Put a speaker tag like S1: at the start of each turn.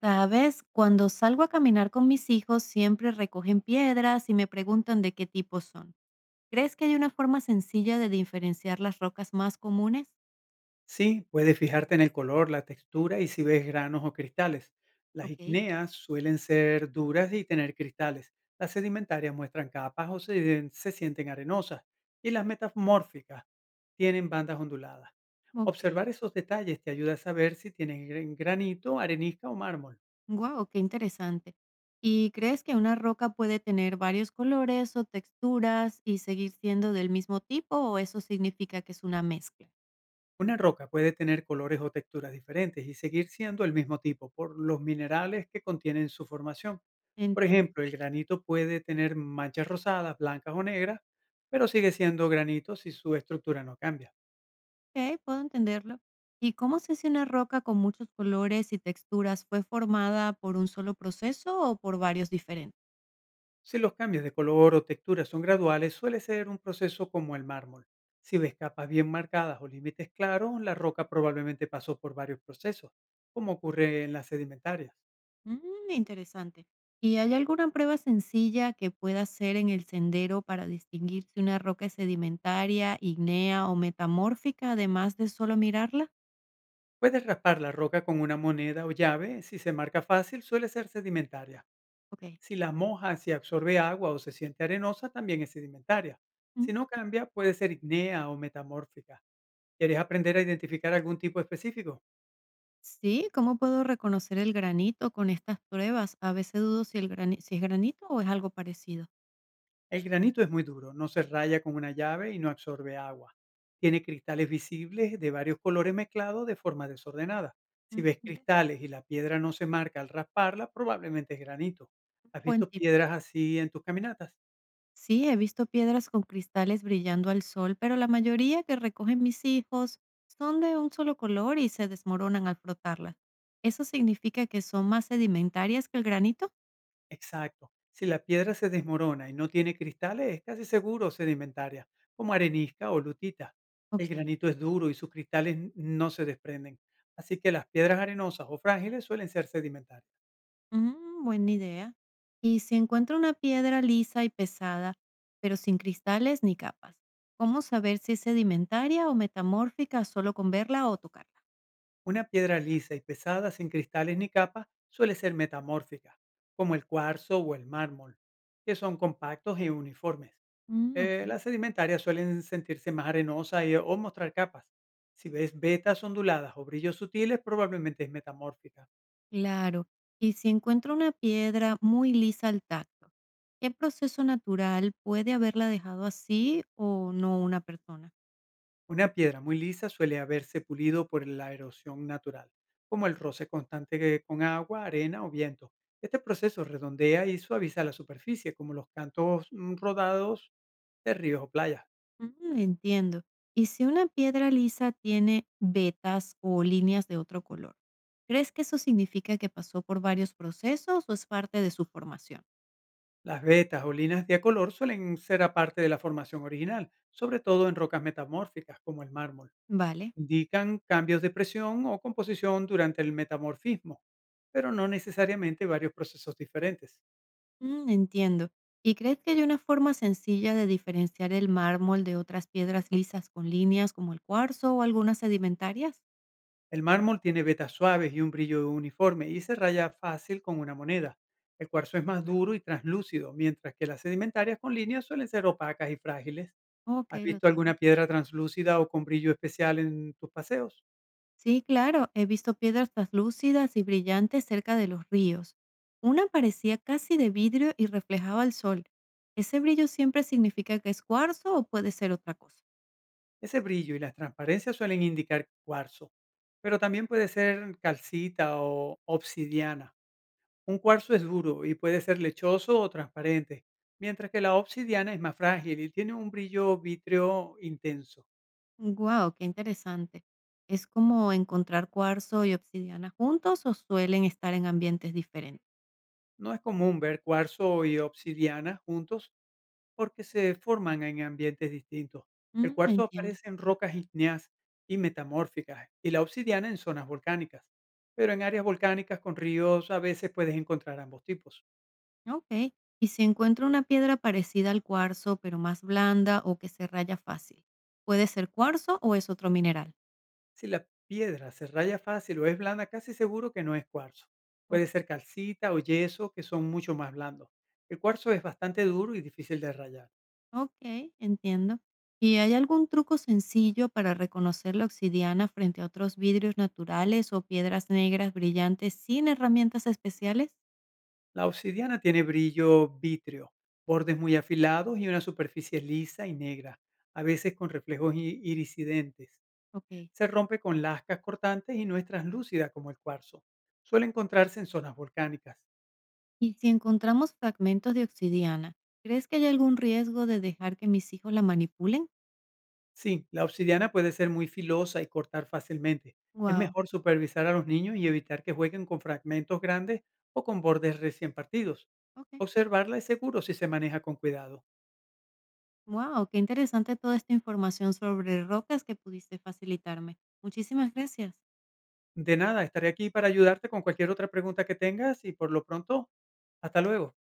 S1: Sabes, cuando salgo a caminar con mis hijos siempre recogen piedras y me preguntan de qué tipo son. ¿Crees que hay una forma sencilla de diferenciar las rocas más comunes?
S2: Sí, puedes fijarte en el color, la textura y si ves granos o cristales. Las
S1: Ok,
S2: ígneas suelen ser duras y tener cristales. Las sedimentarias muestran capas o se sienten arenosas. Y las metamórficas tienen bandas onduladas.
S1: ok.
S2: Observar esos detalles te ayuda a saber si tienen granito, arenisca o mármol.
S1: Wow, qué interesante. ¿Y crees que una roca puede tener varios colores o texturas y seguir siendo del mismo tipo o eso significa que es una mezcla?
S2: Una roca puede tener colores o texturas diferentes y seguir siendo el mismo tipo por los minerales que contienen en su formación. Por
S1: Entiendo.
S2: ejemplo, el granito puede tener manchas rosadas, blancas o negras, pero sigue siendo granito si su estructura no cambia.
S1: Ok, puedo entenderlo. ¿Y cómo sé si una roca con muchos colores y texturas fue formada por un solo proceso o por varios diferentes?
S2: Si los cambios de color o textura son graduales, suele ser un proceso como el mármol. Si ves capas bien marcadas o límites claros, la roca probablemente pasó por varios procesos, como ocurre en las sedimentarias.
S1: Mm, interesante. ¿Y hay alguna prueba sencilla que pueda hacer en el sendero para distinguir si una roca es sedimentaria, ignea o metamórfica, además de solo mirarla?
S2: Puedes raspar la roca con una moneda o llave. Si se marca fácil, suele ser sedimentaria.
S1: Ok.
S2: Si la mojas y absorbe agua o se siente arenosa, también es sedimentaria.
S1: Mm,
S2: Si no cambia, puede ser ignea o metamórfica. ¿Quieres aprender a identificar algún tipo específico?
S1: sí, ¿cómo puedo reconocer el granito con estas pruebas? A veces dudo si es granito o es algo parecido.
S2: El granito es muy duro, no se raya con una llave y no absorbe agua. Tiene cristales visibles de varios colores mezclados de forma desordenada. Si
S1: Mm,
S2: ves
S1: mira,
S2: cristales y la piedra no se marca al rasparla, probablemente es granito. ¿Has
S1: buen
S2: visto
S1: tip.
S2: piedras así en tus caminatas?
S1: Sí, he visto piedras con cristales brillando al sol, pero la mayoría que recogen mis hijos son de un solo color y se desmoronan al frotarlas. ¿Eso significa que son más sedimentarias que el granito?
S2: Exacto. Si la piedra se desmorona y no tiene cristales, es casi seguro sedimentaria, como arenisca o lutita.
S1: Ok,
S2: El granito es duro y sus cristales no se desprenden, así que las piedras arenosas o frágiles suelen ser sedimentarias.
S1: mm, buena idea. Y si encuentro una piedra lisa y pesada, pero sin cristales ni capas, ¿cómo saber si es sedimentaria o metamórfica solo con verla o tocarla?
S2: Una piedra lisa y pesada sin cristales ni capas suele ser metamórfica, como el cuarzo o el mármol, que son compactos y uniformes.
S1: Mm,
S2: Eh,
S1: ok.
S2: las sedimentarias suelen sentirse más arenosas o mostrar capas. Si ves vetas onduladas o brillos sutiles, probablemente es metamórfica.
S1: Claro, y si encuentro una piedra muy lisa al tacto, ¿qué proceso natural puede haberla dejado así o no una persona?
S2: Una piedra muy lisa suele haberse pulido por la erosión natural, como el roce constante con agua, arena o viento. Este proceso redondea y suaviza la superficie, como los cantos rodados de ríos o playas.
S1: Mm, entiendo. Y si una piedra lisa tiene vetas o líneas de otro color, ¿crees que eso significa que pasó por varios procesos o es parte de su formación?
S2: Las vetas o linas de color suelen ser aparte de la formación original, sobre todo en rocas metamórficas como el mármol.
S1: Vale,
S2: Indican cambios de presión o composición durante el metamorfismo, pero no necesariamente varios procesos diferentes.
S1: mm, entiendo. ¿Y crees que hay una forma sencilla de diferenciar el mármol de otras piedras lisas con líneas como el cuarzo o algunas sedimentarias?
S2: El mármol tiene vetas suaves y un brillo uniforme y se raya fácil con una moneda. El cuarzo es más duro y translúcido, mientras que las sedimentarias con líneas suelen ser opacas y frágiles.
S1: Ok,
S2: ¿Has
S1: lo
S2: visto
S1: tengo.
S2: alguna piedra translúcida o con brillo especial en tus paseos?
S1: Sí, claro, he visto piedras translúcidas y brillantes cerca de los ríos. Una parecía casi de vidrio y reflejaba el sol. ¿Ese brillo siempre significa que es cuarzo o puede ser otra cosa?
S2: Ese brillo y las transparencias suelen indicar cuarzo, pero también puede ser calcita o obsidiana. Un cuarzo es duro y puede ser lechoso o transparente, mientras que la obsidiana es más frágil y tiene un brillo vítreo intenso.
S1: ¡Guau! ¡Qué interesante! ¿Es como encontrar cuarzo y obsidiana juntos o suelen estar en ambientes diferentes?
S2: No es común ver cuarzo y obsidiana juntos porque se forman en ambientes distintos. El
S1: Mm,
S2: cuarzo
S1: entiendo.
S2: aparece en rocas ígneas y metamórficas y la obsidiana en zonas volcánicas. Pero en áreas volcánicas con ríos a veces puedes encontrar ambos tipos.
S1: Ok. ¿Y si encuentro una piedra parecida al cuarzo, pero más blanda o que se raya fácil? ¿Puede ser cuarzo o es otro mineral?
S2: Si la piedra se raya fácil o es blanda, casi seguro que no es cuarzo. Puede ser calcita o yeso, que son mucho más blandos. El cuarzo es bastante duro y difícil de rayar.
S1: Okey, entiendo. ¿Y hay algún truco sencillo para reconocer la obsidiana frente a otros vidrios naturales o piedras negras brillantes sin herramientas especiales?
S2: La obsidiana tiene brillo vítreo, bordes muy afilados y una superficie lisa y negra, a veces con reflejos iridiscentes.
S1: Okey.
S2: Se rompe con lascas cortantes y no es translúcida como el cuarzo. Suele encontrarse en zonas volcánicas.
S1: Y si encontramos fragmentos de obsidiana, ¿crees que hay algún riesgo de dejar que mis hijos la manipulen?
S2: Sí, la obsidiana puede ser muy filosa y cortar fácilmente. Es
S1: Wow.
S2: mejor supervisar a los niños y evitar que jueguen con fragmentos grandes o con bordes recién partidos.
S1: Okey.
S2: Observarla es seguro si se maneja con cuidado.
S1: Wow, qué interesante toda esta información sobre rocas que pudiste facilitarme. Muchísimas gracias.
S2: De nada, estaré aquí para ayudarte con cualquier otra pregunta que tengas y por lo pronto, hasta luego.